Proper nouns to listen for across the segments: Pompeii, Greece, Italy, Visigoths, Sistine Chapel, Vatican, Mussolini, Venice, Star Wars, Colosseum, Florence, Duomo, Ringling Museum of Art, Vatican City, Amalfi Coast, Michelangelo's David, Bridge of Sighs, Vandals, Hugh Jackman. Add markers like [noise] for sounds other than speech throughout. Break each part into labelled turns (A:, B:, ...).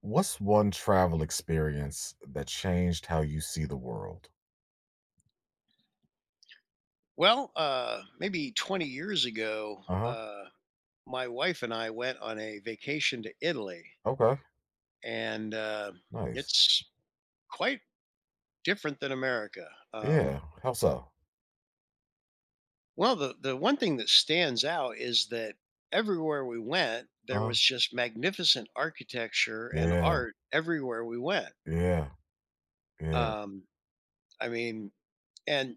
A: What's one travel experience that changed how you see the world?
B: Well, maybe 20 years ago,
A: Uh-huh.
B: my wife and I went on a vacation to Italy,
A: Okay.
B: and
A: Nice.
B: it's quite different than America.
A: Yeah. How so?
B: Well, the one thing that stands out is that everywhere we went, there
A: Uh-huh.
B: was just magnificent architecture and
A: Yeah.
B: art everywhere we went.
A: Yeah. Yeah.
B: Um, I mean, and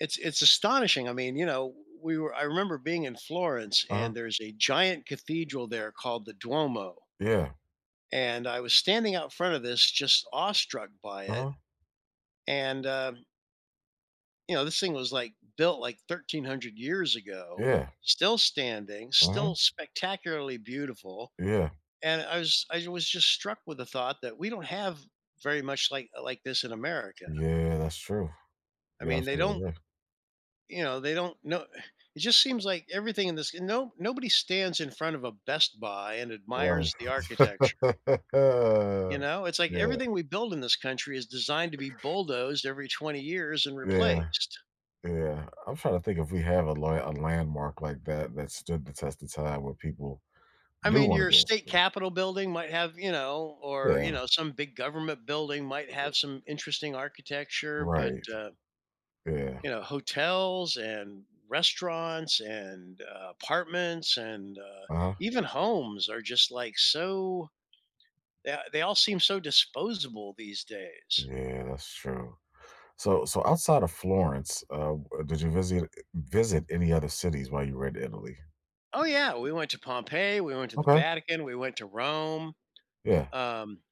B: it's astonishing. I mean, we were I remember being in Florence,
A: Uh-huh.
B: and there's a giant cathedral there called the Duomo.
A: Yeah.
B: And I was standing out front of this, just awestruck by it.
A: Uh-huh.
B: And you know, this thing was like built like 1300 years ago,
A: Yeah.
B: still standing,
A: Uh-huh.
B: still spectacularly beautiful.
A: Yeah.
B: And I was just struck with the thought that we don't have very much like this in America.
A: Yeah, that's true.
B: I
A: You're
B: mean, they don't,
A: absolutely right.
B: you know, they don't know, it just seems like everything in this, no, nobody stands in front of a Best Buy and
A: Right.
B: admires the architecture.
A: [laughs]
B: You know, it's like
A: Yeah.
B: everything we build in this country is designed to be bulldozed every 20 years and
A: Yeah.
B: replaced.
A: Yeah. I'm trying to think if we have a a landmark like that that stood the test of time where people
B: I
A: do
B: mean,
A: want to
B: your
A: go. And
B: state
A: stuff.
B: capitol building might have, you know, or you
A: Yeah.
B: know, some big government building might have some interesting architecture, but
A: Right. Yeah.
B: you know, hotels and restaurants and apartments and
A: Uh-huh.
B: even homes are just like so, they all seem so disposable these days.
A: Yeah, that's true. So, outside of Florence, did you visit visit any other cities while you were in Italy?
B: Oh yeah, we went to Pompeii, we went to the
A: Okay.
B: Vatican, we went to Rome.
A: Yeah.
B: Um,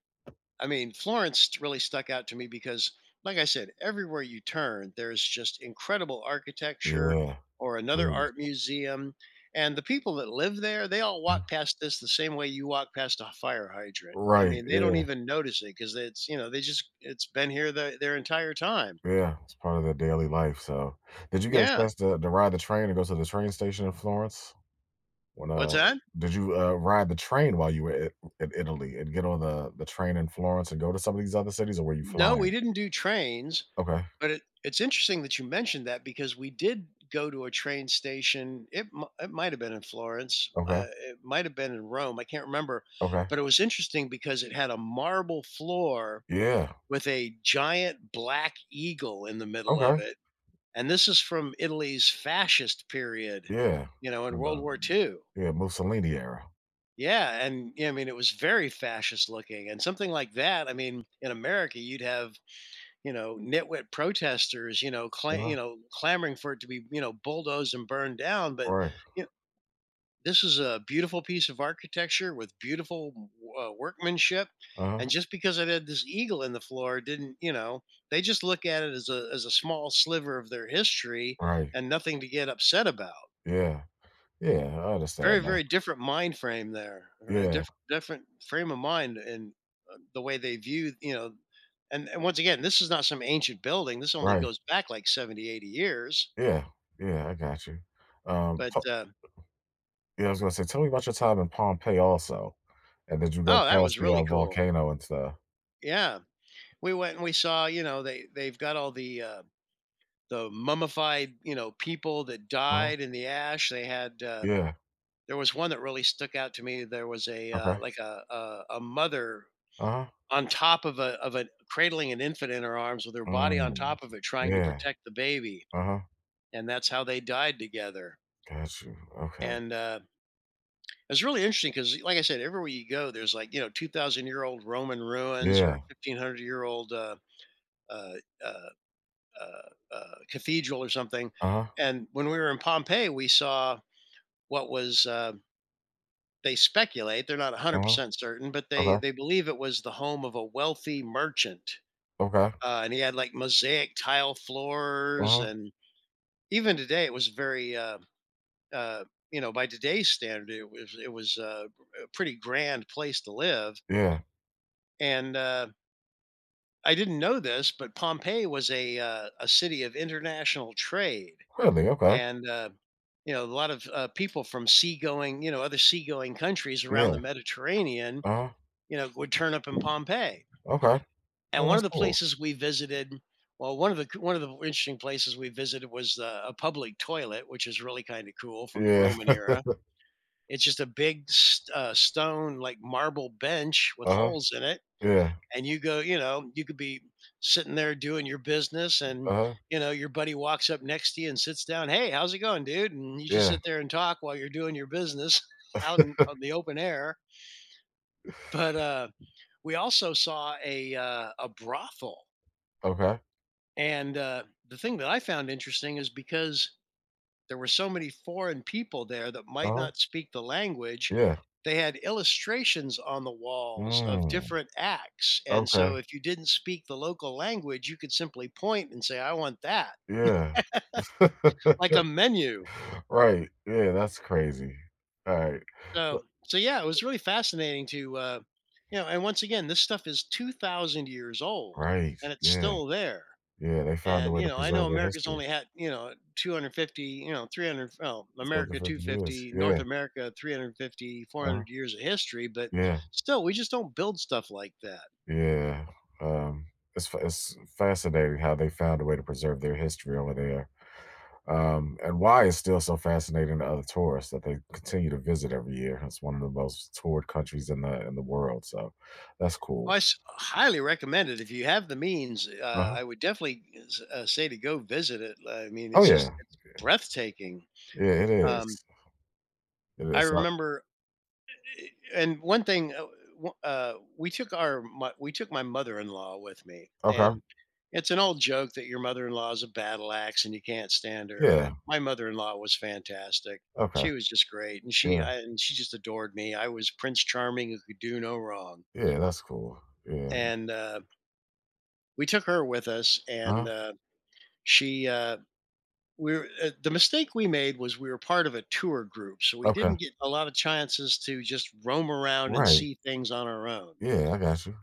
B: I mean, Florence really stuck out to me because, like I said, everywhere you turn, there's just incredible architecture
A: Yeah.
B: or another
A: Greece.
B: art museum. And the people that live there, they all
A: Mhm.
B: walk past this the same way you walk past a fire hydrant. I
A: Right.
B: mean, they don't
A: Yeah.
B: even notice it because it's, you know, they just, it's been here their entire time.
A: Yeah. It's part of their daily life. So, did you get a
B: Yeah.
A: chance to ride the train and go to the train station in Florence? When
B: What's that?
A: did you ride the train while you were in Italy and get on the train in Florence and go to some of these other cities, or were you
B: No,
A: flying?
B: we didn't do trains.
A: Okay.
B: But it's interesting that you mentioned that, because we did go to a train station. It might have been in Florence.
A: Okay.
B: It might have been in Rome. I can't remember.
A: Okay.
B: But it was interesting because it had a marble floor
A: Yeah.
B: with a giant black eagle in the middle of
A: Okay.
B: it. And this is from Italy's fascist period,
A: Yeah,
B: you know, in
A: and,
B: World
A: uh,
B: War Two.
A: yeah, Mussolini era.
B: Yeah, and yeah, I mean it was very fascist looking, and something like that. I mean, in America, you'd have, you know, nitwit protesters, you know,
A: Uh-huh,
B: you know, clamoring for it to be, you know, bulldozed and burned down. But
A: right,
B: you know, this is a beautiful piece of architecture with beautiful workmanship.
A: uh-huh,
B: And just because it had this eagle in the floor, didn't, you know? They just look at it as a small sliver of their history,
A: right,
B: and nothing to get upset about.
A: yeah, yeah, I
B: Very,
A: understand now.
B: very different mind frame there, a
A: Yeah,
B: different frame of mind, and the way they view, you know, and once again, this is not some ancient building, this only
A: right,
B: goes back like 70, 80 years,
A: yeah, yeah, I got you.
B: but,
A: T yeah, I was gonna say, tell me about your time in Pompeii also, and did you go
B: oh, that
A: past
B: was
A: the,
B: really cool.
A: volcano and stuff?
B: Yeah. We went and we saw, you know, they they've got all the mummified, you know, people that
A: Uh-huh,
B: died in the ash. They had,
A: yeah,
B: there was one that really stuck out to me. There was a,
A: okay,
B: like a mother
A: uh-huh,
B: on top of a cradling an infant in her arms with her body on
A: mm,
B: top of it trying to
A: yeah,
B: protect the baby,
A: uh-huh,
B: and that's how they died together.
A: got you, okay,
B: And, it's really interesting because, like I said, everywhere you go, there's, like, you know, 2,000-year-old Roman ruins, or
A: yeah,
B: 1,500-year-old, uh, uh, cathedral or something.
A: uh-huh,
B: And when we were in Pompeii, we saw what was, they speculate, they're not
A: uh-huh,
B: 100% certain, but they
A: okay,
B: they believe it was the home of a wealthy merchant.
A: okay,
B: And he had like mosaic tile floors,
A: uh-huh,
B: and even today it was very, uh, you know, by today's standard, it was a pretty grand place to live.
A: yeah,
B: And I didn't know this, but Pompeii was a city of international trade,
A: really, okay,
B: and you know, a lot of people from seagoing, you know, other seagoing countries around the
A: yeah,
B: Mediterranean,
A: uh-huh,
B: you know, would turn up in Pompeii.
A: okay, yeah,
B: And one
A: that's
B: of the
A: cool.
B: places we visited, well, one of the interesting places we visited was a public toilet, which is really kind of cool from the
A: Yeah.
B: Roman era. It's just a big stone, like marble bench with
A: Uh-huh.
B: holes in it,
A: Yeah.
B: and you go, you know, you could be sitting there doing your business, and
A: Uh-huh.
B: you know, your buddy walks up next to you and sits down. Hey, how's it going, dude? And you just
A: Yeah.
B: sit there and talk while you're doing your business [laughs] out in, on the open air. But we also saw a brothel.
A: Okay.
B: And the thing that I found interesting is, because there were so many foreign people there that might
A: Uh-huh.
B: not speak the language,
A: Yeah.
B: they had illustrations on the walls of
A: Mm.
B: different acts. And
A: Okay.
B: so if you didn't speak the local language, you could simply point and say, I want that,
A: Yeah.
B: like
A: [laughs]
B: a menu.
A: Right. Yeah, that's crazy. Alright. So
B: So, yeah, it was really fascinating to, you know, and once again, this stuff is 2,000 years old
A: right.
B: and it's
A: Yeah.
B: still there.
A: Yeah, they found a
B: And
A: way
B: you
A: to
B: know, I know
A: preserve their
B: America's
A: history
B: only had, you know, 250, you know, 300. Well,
A: for the
B: America
A: 50 years.
B: 250, North
A: Yeah.
B: America 350, four
A: Uh-huh.
B: hundred years of history, but
A: Yeah.
B: still, we just don't build stuff like that.
A: Yeah. Um, it's fascinating how they found a way to preserve their history over there. And why is still so fascinating to other tourists that they continue to visit every year. It's one of the most toured countries in the world, so that's
B: Oh,
A: cool.
B: highly recommend it if you have the means.
A: Uh-huh.
B: I would definitely say to go visit it. I mean,
A: Oh, yeah.
B: it's breathtaking.
A: Yeah, it
B: Um,
A: is. It
B: I
A: is not
B: remember, and one thing, we took we took my mother-in-law with me,
A: okay.
B: and it's an old joke that your mother-in-law is a battle axe and you can't stand her. But
A: Yeah.
B: my mother-in-law was fantastic.
A: Okay.
B: She was just great, and
A: Yeah.
B: and she just adored me. I was Prince Charming who could do no wrong,
A: Yeah, that's cool. Yeah.
B: and we took her with us, and
A: Uh-huh.
B: she. We were, the mistake we made was we were part of a tour group, so we
A: Okay.
B: didn't get a lot of chances to just roam around and
A: Right.
B: see things on our own,
A: Yeah, I got you.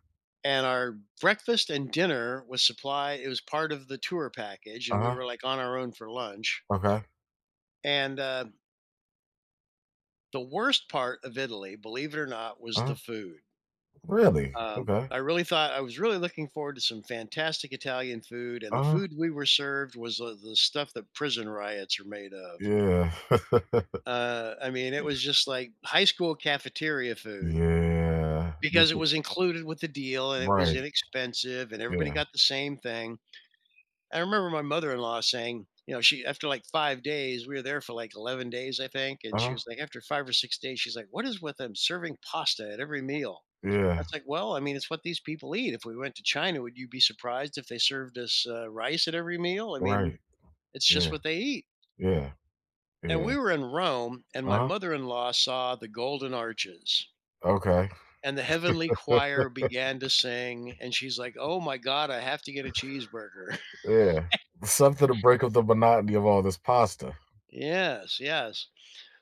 B: and our breakfast and dinner was supply it was part of the tour package, and we
A: Uh-huh.
B: were like on our own for lunch.
A: Okay.
B: And the worst part of Italy, believe it or not, was the
A: Uh-huh.
B: food.
A: Really? Okay.
B: I really thought, I was really looking forward to some fantastic Italian food, and the
A: Uh-huh.
B: food we were served was the stuff that prison riots are made of.
A: Yeah. [laughs]
B: I mean, it was just like high school cafeteria food,
A: Yeah. Do you
B: because it
A: think
B: was included with the deal and it was
A: right.
B: inexpensive and everybody
A: Yeah.
B: got the same thing. I remember my mother-in-law saying, you know, she, after like 5 days, we were there for like 11 days, I think, and she
A: Uh-huh.
B: was like, after 5 or 6 days, she's like, "What is with them serving pasta at every meal?"
A: Yeah.
B: That's like, "Well, I mean, it's what these people eat. If we went to China, would you be surprised if they served us rice at every meal? I mean,
A: Right.
B: it's just
A: Yeah.
B: what they eat."
A: Yeah.
B: And
A: Yeah.
B: we were in Rome, and my
A: Uh-huh.
B: mother-in-law saw the golden arches.
A: Okay.
B: And the heavenly
A: [laughs]
B: choir began to sing, and she's like, "Oh my god, I have to get a cheeseburger."
A: Yeah. Something to break up the monotony of all this pasta.
B: [laughs] Yes, yes.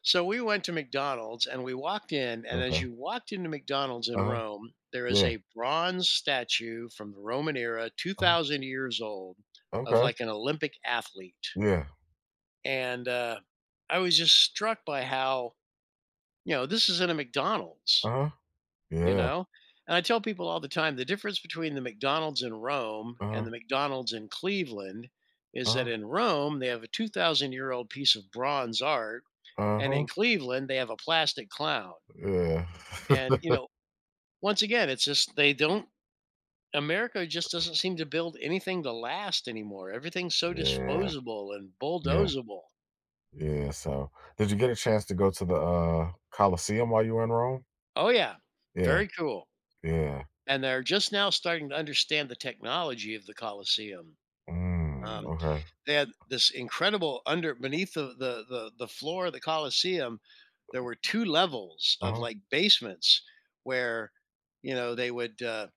B: So we went to McDonald's and we walked in. And as
A: Okay.
B: you walked into McDonald's in
A: Uh-huh.
B: Rome, there is
A: Yeah.
B: a bronze statue from the Roman era,
A: Uh-huh.
B: 2,000 years old, of
A: Okay.
B: like an Olympic athlete.
A: Yeah.
B: And I was just struck by how, you know, this is in a McDonald's,
A: Uh-huh.
B: you
A: Yeah.
B: know? And I tell people all the time, the difference between the McDonald's in Rome and
A: Uh-huh.
B: the McDonald's in Cleveland is that
A: Uh-huh.
B: in Rome, they have a 2,000 year old piece of bronze art. And
A: Uh-huh.
B: in Cleveland, they have a plastic clown.
A: Yeah.
B: And, you know, once again, it's just, they don't, America just doesn't seem to build anything to last anymore. Everything's so
A: Yeah.
B: disposable and
A: Yeah.
B: bulldozable.
A: Yeah. So did you get a chance to go to the Colosseum while you were in Rome?
B: Oh yeah,
A: Yeah.
B: very cool.
A: Yeah.
B: And they're just now starting to understand the technology of the Colosseum.
A: Mm.
B: Um,
A: Okay.
B: they had this incredible under beneath the floor of the Coliseum, there were two levels of
A: Uh-huh.
B: like basements where you know they would,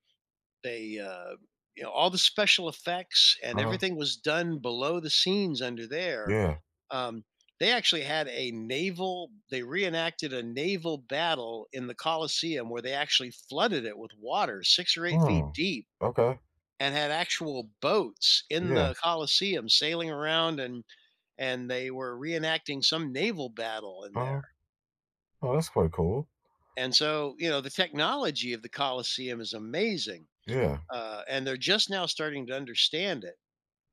B: they, you know, all the special effects and
A: Uh-huh.
B: everything was done below the scenes under there.
A: Yeah.
B: Um, they actually had they reenacted a naval battle in the Coliseum where they actually flooded it with water 6 or 8 feet
A: Mm.
B: deep
A: Okay.
B: and had actual boats in
A: Yeah.
B: the Coliseum sailing around, and they were reenacting some naval battle in
A: Uh-huh.
B: there.
A: Oh, that's quite cool.
B: And so, you know, the technology of the Coliseum is amazing.
A: Yeah.
B: And they're just now starting to understand it.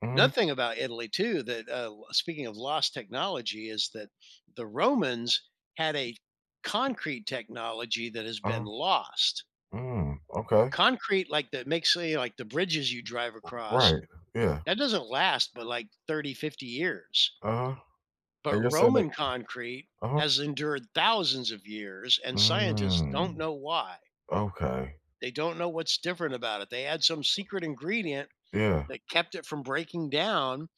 A: Mm-hmm.
B: Another thing about Italy too that, speaking of lost technology, is that the Romans had a concrete technology that has been
A: Uh-huh.
B: lost.
A: Mm. Okay.
B: Concrete like that makes, say, like, the bridges you drive across,
A: Right. Yeah.
B: that doesn't last but, like, 30, 50 years.
A: Uh-huh.
B: But
A: And you said saying
B: Roman
A: that
B: concrete
A: uh-huh.
B: has endured thousands of years, and scientists don't
A: Mm.
B: know why.
A: Okay.
B: They don't know what's different about it. They had some secret ingredient
A: Yeah.
B: that kept it from breaking down.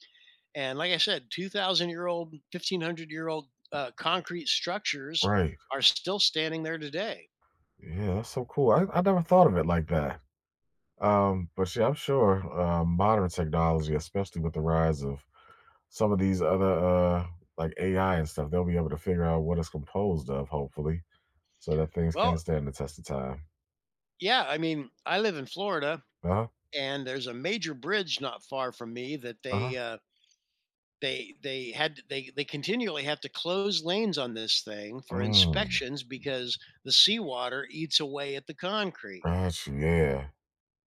B: And like I said, 2,000 year old, 1,500 year old concrete structures
A: Right.
B: are still standing there today.
A: Yeah, that's so cool. I never thought of it like that. But yeah, I'm sure modern technology, especially with the rise of some of these other like AI and stuff, they'll be able to figure out what it's composed of, hopefully, so that things can
B: Well,
A: stand the test of time.
B: yeah, I mean, I live in Florida,
A: Uh-huh.
B: and there's a major bridge not far from me that
A: Uh-huh.
B: they had they continually have to close lanes on this thing for
A: Mm.
B: inspections because the seawater eats away at the concrete
A: Gotcha. Yeah.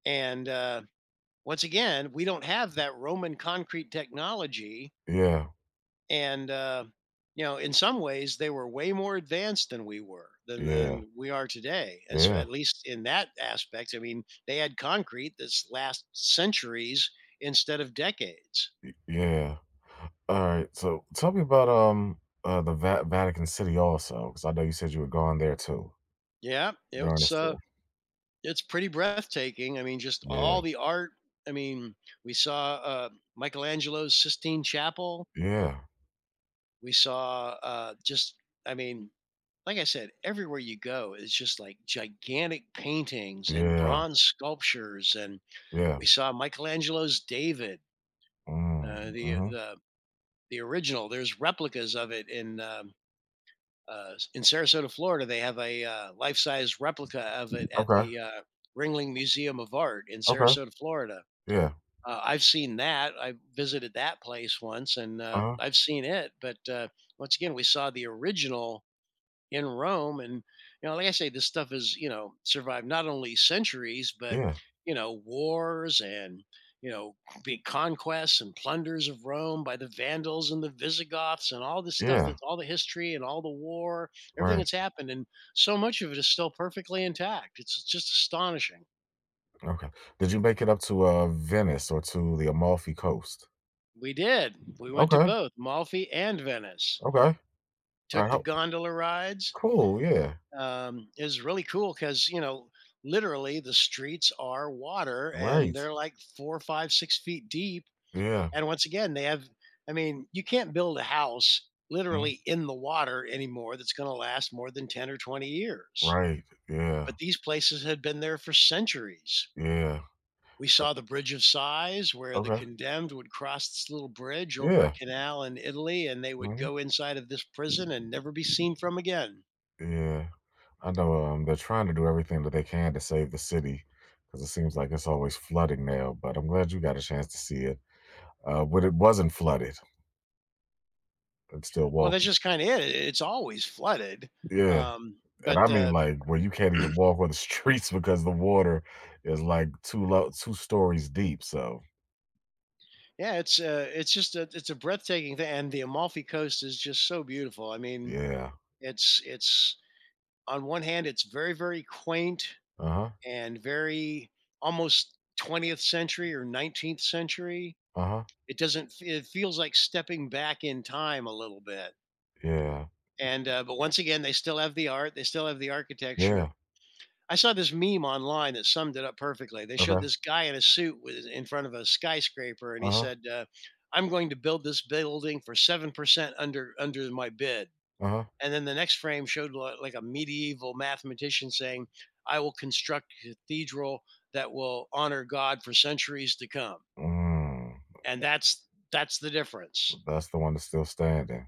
B: and once again, we don't have that Roman concrete technology.
A: Yeah.
B: And uh, you know in some ways they were way more advanced than we were
A: Yeah.
B: than we are today, as
A: Yeah.
B: at least in that aspect. I mean, they had concrete that's last centuries instead of decades.
A: Y- Yeah. All right. So tell me about the Vatican City also, because I know you said you were gone there too
B: Yeah,
A: during
B: it's
A: this
B: uh
A: tour.
B: it's pretty breathtaking. I mean, just
A: Yeah.
B: all the art. I mean, we saw Michelangelo's Sistine Chapel.
A: Yeah.
B: We saw just I mean Like I said, everywhere you go, it's just like gigantic paintings and
A: Yeah.
B: bronze sculptures. And
A: Yeah.
B: we saw Michelangelo's David,
A: Mm,
B: the
A: hmm.
B: the the original. There's replicas of it in Sarasota, Florida. They have a life size replica of it at
A: Okay.
B: the Ringling Museum of Art in
A: Okay.
B: Sarasota, Florida.
A: Yeah.
B: I've seen that. I visited that place once, and
A: Uh.
B: I've seen it. But once again, we saw the original in Rome. And, like I say, this stuff has, survived not only centuries, but,
A: Yeah.
B: you know, wars and, you know, big conquests and plunders of Rome by the Vandals and the Visigoths and all this stuff,
A: Yeah.
B: that all the history and all the war, everything
A: Right.
B: that's happened. And so much of it is still perfectly intact. It's just astonishing.
A: Okay. Did you make it up to Venice or to the Amalfi Coast?
B: We did. We went to
A: Okay.
B: both Malfi and Venice,
A: Okay. All right.
B: took the
A: How-
B: gondola rides.
A: cool. Yeah.
B: Um, is really cool because, you know, literally the streets are water, and
A: Right.
B: they're like 4, 5, 6 feet deep.
A: Yeah.
B: And once again, they have, I mean, you can't build a house
A: Mm,
B: literally in the water anymore that's going to last more than 10 or 20 years,
A: right. Yeah.
B: but these places had been there for centuries.
A: Yeah.
B: We saw the Bridge of Sighs, where the
A: Okay.
B: condemned would cross this little bridge over a
A: Yeah.
B: canal in Italy, and they would
A: Mhm.
B: go inside of this prison and never be seen from again.
A: Yeah, I know. They're trying to do everything that they can to save the city because it seems like it's always flooding now. But I'm glad you got a chance to see it. But it wasn't flooded, it's still
B: Well,
A: walk.
B: that's just kinda it. It's always flooded.
A: Yeah,
B: Um,
A: and I
B: but,
A: mean
B: uh,
A: like where you can't even walk on the [laughs] streets because the water is like two low, two stories deep. So
B: yeah, it's a it's just a it's a breathtaking thing, and the Amalfi Coast is just so beautiful. I mean,
A: yeah.
B: it's on one hand, it's very, very quaint
A: Uh huh.
B: and very almost 20th century or 19th century.
A: Uh huh.
B: It doesn't f It feels like stepping back in time a little bit.
A: Yeah.
B: And, but once again, they still have the art, they still have the architecture.
A: Yeah.
B: I saw this meme online that summed it up perfectly. They showed
A: Okay.
B: this guy in a suit with in front of a skyscraper, and he
A: Uh huh.
B: said, "I'm going to build this building for 7% under my bid."
A: Uh huh.
B: And then the next frame showed like a medieval mathematician saying, "I will construct a cathedral that will honor God for centuries to come."
A: Mm,
B: And that's the difference.
A: that's the one that's still standing.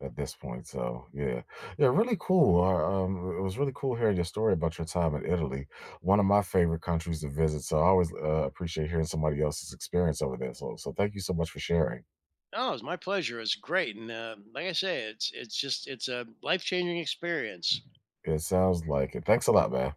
A: At this point. So yeah, yeah, really cool. It was really cool hearing your story about your time in Italy, one of my favorite countries to visit. So I always appreciate hearing somebody else's experience over there. So thank you so much for sharing.
B: Oh, it's my pleasure. It's great, and like I say, it's a life changing experience.
A: It sounds like it. Thanks a lot, man.